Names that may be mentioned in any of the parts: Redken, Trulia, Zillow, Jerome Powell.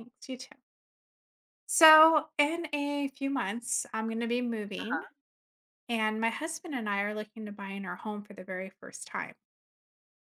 Thanks, you too. So, in a few months, I'm going to be moving, Huh? and my husband and I are looking to buying our home for the very first time.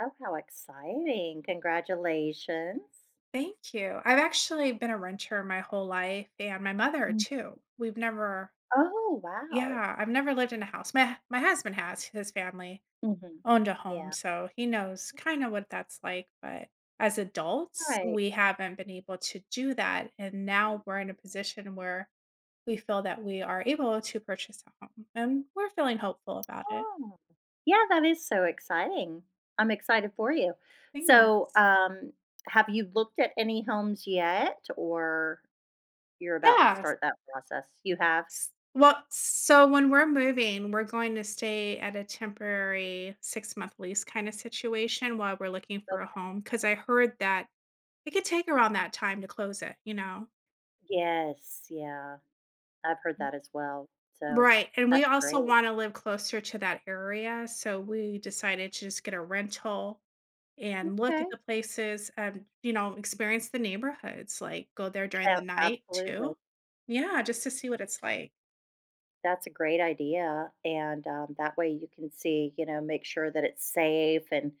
Oh, how exciting. Congratulations. Thank you. I've actually been a renter my whole life, and my mother Mhm. too. We've never, Oh, wow. yeah, I've never lived in a house. My husband has. His family Mhm. owned a home, Yeah. so he knows kind of what that's like. But as All adults, right. we haven't been able to do that, and now we're in a position where we feel that we are able to purchase a home, and we're feeling hopeful about it. Oh. Yeah, that is so exciting. I'm excited for you. Thanks. So, um, have you looked at any homes yet, or you're about to Yes. start that process? You have? Well, so when we're moving, we're going to stay at a temporary six-month lease kinda situation while we're looking for a Okay. home, because I heard that it could take around that time to close it? Yes, yeah. I've heard that as well. So, Right, and we that's also great. wanna live closer to that area, so we decided to just get a rental and look at Okay. the places, you know, experience the neighborhoods, like, go there during the Yeah, night absolutely. too. Yeah, just to see what it's like. That's a great idea, and, that way you can see, make sure that it's safe, and,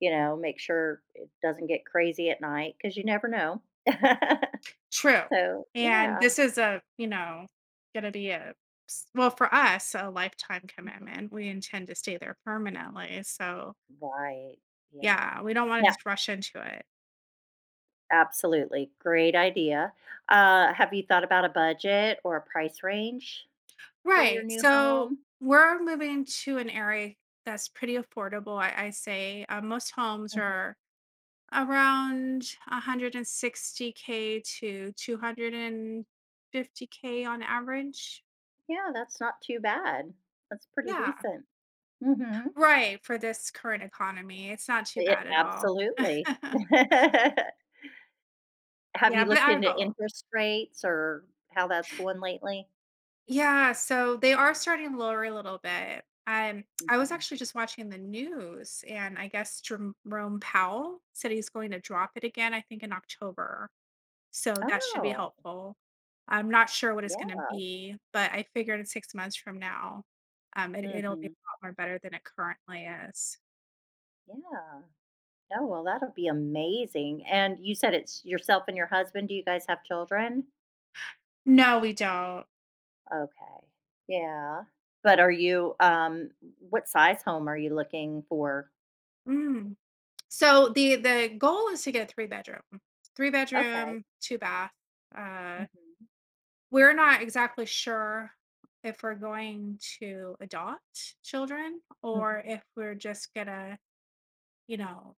make sure it doesn't get crazy at night because you never know. True. So, And yeah. this is a, you know, gonna be a s well, for us, a lifetime Mhm. commitment. We intend to stay there permanently, so, Right, yeah, yeah. we don't wanna Yeah, just rush into it. absolutely, great idea. Have you thought about a budget or a price range for your Right, new so home? we're moving to an area that's pretty affordable, I say, most homes Mhm. are around 160K to 250K on average. Yeah, that's not too bad. That's pretty Yeah. decent. Mhm. Right, for this current economy, it's not too Yeah, bad at all. absolutely. Have Yeah, you but looked our into goal. interest rates or how that's going lately? Yeah, so they are starting lower a little bit. I was Mhm. actually just watching the news, and I guess Jerome Powell said he's going to drop it again, I think in October. So that should be Oh, helpful. I'm not sure what it's gonna yeah. be, but I figured in 6 months from now, it'll be a Mhm. lot more better than it currently is. Yeah. Oh, well, that'll be amazing, and you said it's yourself and your husband, do you guys have children? No, we don't. Okay. Yeah. But are you, what size home are you looking for? Mm. So the goal is to get a 3 bedroom. 3 Okay. bedroom, 2 bath. Uh, Mhm. we're not exactly sure if we're going to adopt children or Mhm. if we're just gonna, you know,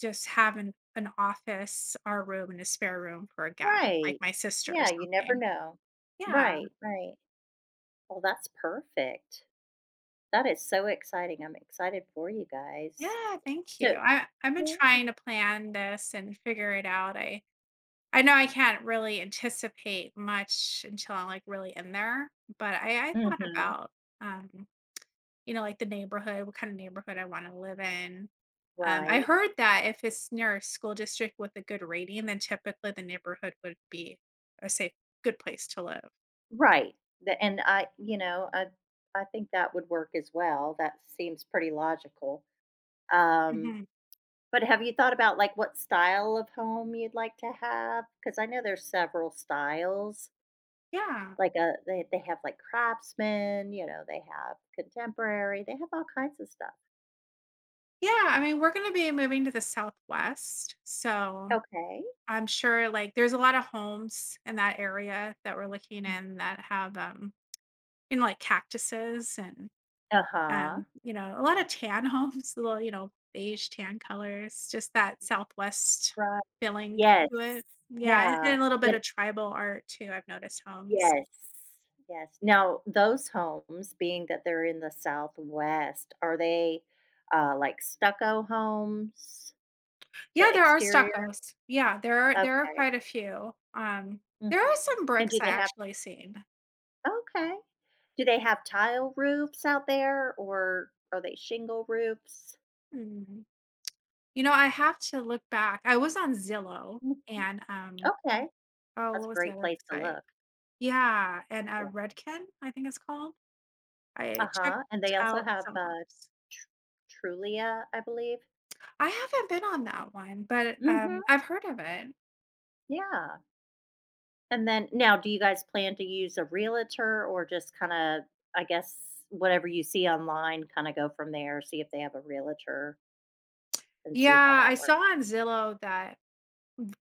just have an office, our room, and a spare room for a guest, like Right. my sister or Yeah, you never something. know. Yeah. Right, right. Well, that's perfect. That is so exciting, I'm excited for you guys. Yeah, thank you. So, I've been yeah. trying to plan this and figure it out. I know I can't really anticipate much until I'm, like, really in there, but I thought Mhm. about, um, you know, like, the neighborhood, what kinda neighborhood I wanna live in. I Right. heard that if it's near a school district with a good rating, then typically the neighborhood would be a safe good place to live. Right. The and I you know, I think that would work as well. That seems pretty logical. Um, Mhm. but have you thought about, like, what style of home you'd like to have? Because I know there's several styles. Yeah. Like, they have, like, craftsman, they have contemporary, they have all kinds of stuff. Yeah, I mean, we're gonna be moving to the Southwest, so Okay. I'm sure like there's a lot of homes in that area that we're looking in that have you know like cactuses and Uh-huh. You know a lot of Yeah. tan homes, little you know beige tan colors, just that Southwest Right. feeling Yes. to it. Yeah, and Yeah. A little bit of tribal art too. I've noticed homes. Yes. Yes. Now, those homes, being that they're in the Southwest, are they, like stucco homes, Yeah, the there are exterior? stuccos. Yeah, there are Okay. quite a few. There are Mhm. some And bricks do I they have actually seen. okay. Do they have tile roofs out there, or are they shingle roofs? Mm-hmm. You know, I have to look back. I was on Zillow Mhm. and, Okay. oh, That's what a was the great other place to site? look. Yeah, and, Yeah. Redken, I think it's called. I checked Uh-huh, and they also out have, some homes. Tr Trulia, I believe? I haven't been on that one, but, Mhm. I've heard of it. Yeah. And then now do you guys plan to use a realtor, or just kinda, I guess, whatever you see online, kinda go from there, see if they have a realtor and see how Yeah, I that works? saw on Zillow that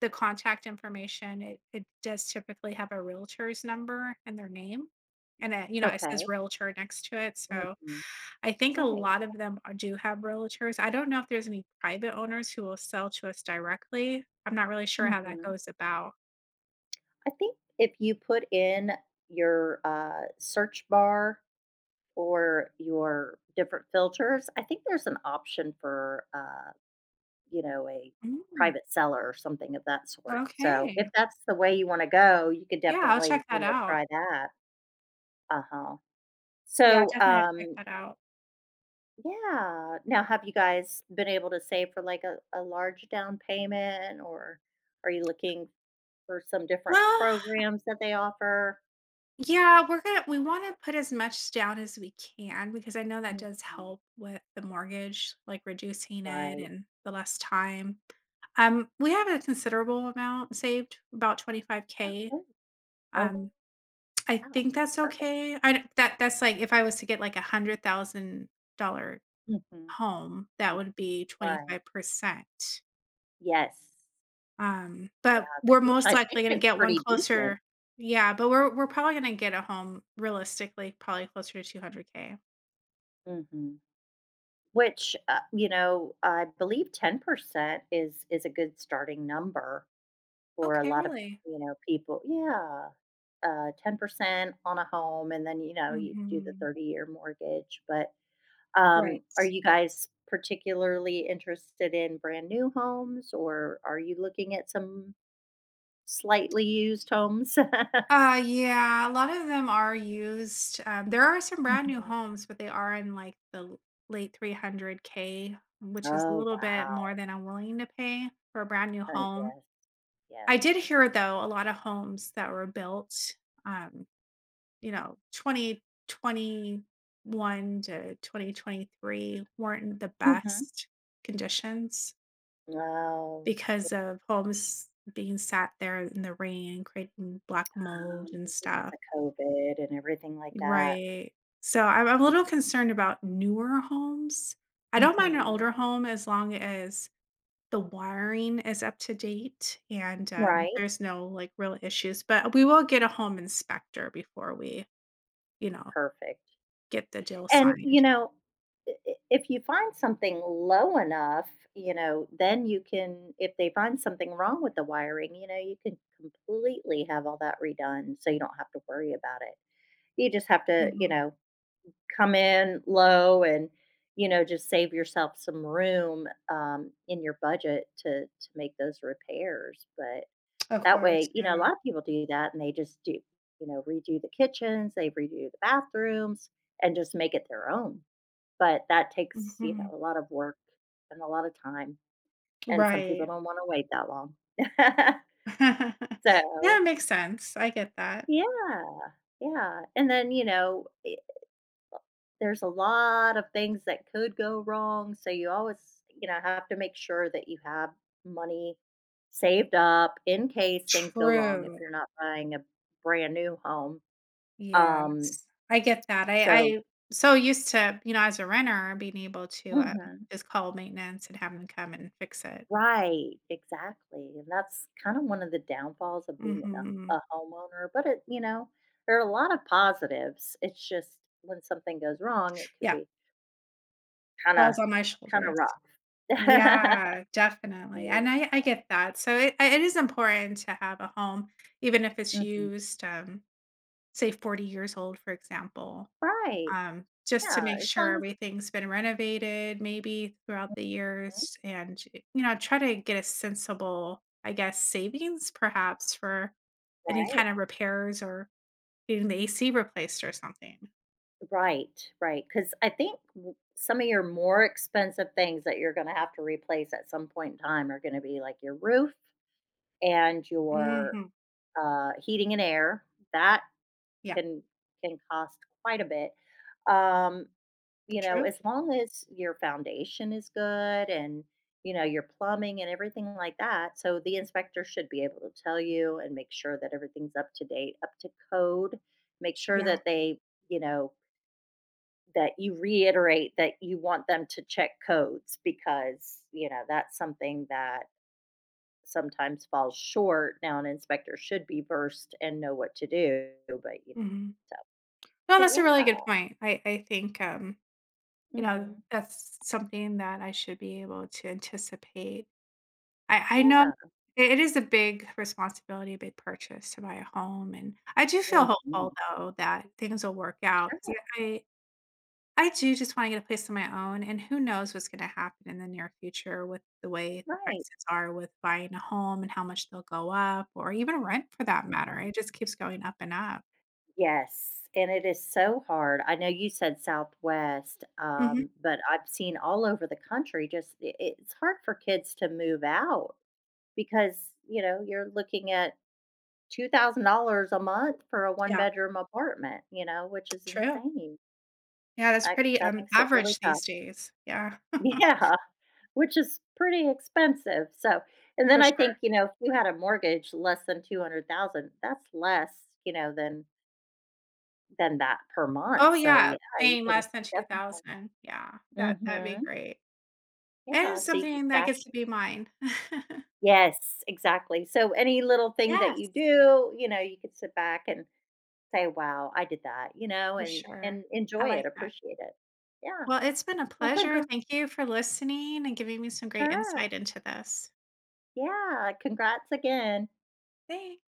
the contact information, it does typically have a realtor's number and their name, and, you know, it says Okay. realtor next to it, so Mhm. I think a Right. lot of them are do have realtors. I don't know if there's any private owners who will sell to us directly. I'm not really sure how that Mhm. goes about. I think if you put in your, search bar or your different filters, I think there's an option for, a Mm, private seller or something of that sort. So, okay. if that's the way you wanna go, you could Yeah, I'll definitely, check you that know, out. try that. Uh-huh. Yeah, So, definitely check um that out. yeah. Now, have you guys been able to save for, like, a large down payment, or are you looking for some different Well, programs that they offer? yeah, we want to put as much down as we can because I know that Mhm. does help with the mortgage, like reducing it Right. and the less time. We have a considerable amount saved, about 25K. Oh. Oh, Um, I wow. think that's Perfect. okay. I that that's like if I was to get like a $100,000 Mhm. home, that Mm, would be right. 25%. Yes. Yeah, But that, we're which most I think likely gonna is get one pretty decent. closer. Yeah, but we're probably gonna get a home realistically probably closer to 200K. Mhm. Which, you know, I believe 10% is a good starting number for a Okay, lot of, really? you know, people. Yeah, 10% on a home, and then, you know, you do the Mhm. 30-year mortgage. But, Right. Are you guys particularly interested in brand new homes, or are you looking at some slightly used homes? Yeah, a lot of them are used. There are some brand new Mhm. homes, but they are in like the l- late 300K, which is a Oh, little bit more wow. than I'm willing to pay for a brand new home. Yes, yes. I did hear, though, a lot of homes that were built, um, you know, 2021 to 2023 weren't the Mhm. best conditions Oh, because of homes being sat there in the rain, creating black mold oh, and because stuff. of COVID and everything like that. Right. So I'm a Yeah. little concerned about newer homes. I don't mind an Mhm. older home as long as the wiring is up to date and Right. there's no like real issues. But we will get a home inspector before we, you know, Perfect. get the deal And, you signed. know, I if you find something low enough, you know, then you can, if they find something wrong with the wiring, you know, you can completely have all that redone, so you don't have to worry about it. You just have to, you Mhm. know, come in low and, you know, just save yourself some room, in your budget to make those repairs. But Of that course. way, you know, a Yeah. lot of people do that, and they just do, you know, redo the kitchens, they redo the bathrooms, and just make it their own. But that takes, you know, Mhm. a lot of work and a lot of time, and some people Right. don't wanna wait that long. Yeah, So, it makes sense. I get that. yeah, yeah, and then, you know, I there's a lot of things that could go wrong, so you always, you know, have to make sure that you have money saved up in case things go wrong if True. you're not buying a brand new home. Um, Yes, I get that. So I so used to, you know, as a renter, being able to, Mhm. just call maintenance and have them come and fix it. Right, exactly, and that's kind of one of the downfalls of being a Mhm. a homeowner. But it, you know, there are a lot of positives, it's just when something goes wrong, it could Yeah, be kinda falls on my kinda shoulders. rough. Yeah, definitely, and I Yeah. I get that. So it is important to have a home, even if it's Mhm. used, say, 40 years old, for example. Right, Just to yeah, make as sure long as. everything's been renovated maybe throughout the Mhm, years and, you know, try to get a sensible, I guess, savings perhaps for any kind right, of repairs or getting the AC replaced or something. Right. Because I think w some of your more expensive things that you're gonna have to replace at some point in time are gonna be, like, your roof and your, Mhm. Heating and air. That Yeah. can can cost quite a bit. Um, you know, True. as long as your foundation is good, and you know your plumbing and everything like that, so the inspector should be able to tell you and make sure that everything's up to date, up to code. Make sure Yeah. that they, you know, that you reiterate that you want them to check codes, because you know that's something that sometimes falls short. Now an inspector should be versed and know what to do, but you never Mhm. know. So, No, but that's a really yeah. good point. I think, you know, Mhm. that's something that I should be able to anticipate. I know Yeah. it is a big responsibility, a big purchase to buy a home, and I do feel hopeful, Mhm. though, that things will work out 'cause Sure. I do just wanna get a place of my own, and who knows what's gonna happen in the near future with the way the Right. prices are with buying a home and how much they'll go up or even rent for that Mhm. matter. It just keeps going up and up. Yes, and it is so hard. I know you said Southwest, Mhm. But I've seen all over the country, just I it's hard for kids to move out because, you know, you're looking at $2,000 a month for a Yeah. one-bedroom apartment, you know, which is True. insane. Yeah, that's Like, pretty, that makes it really average these tough. days. Yeah. Yeah. Which is pretty expensive. So, and then For I think, sure. you know, if you had a mortgage less than 200,000, that's less, you know, than that per Oh, month, so yeah. yeah, you Paying can less than definitely. 2,000. Yeah. That that'd be Mhm. great. And Yeah, so you can something that gets stash. to be mine. Yes, exactly, so any little thing that you Yes. do, you know, you could sit back and say, "Wow, I did that," you know, For sure. and I enjoy like it, that. appreciate it. Yeah. Well, it's been a Well, pleasure. congrats. Thank you for listening and giving me some great Sure. insight into this. Yeah, congrats again. Thanks.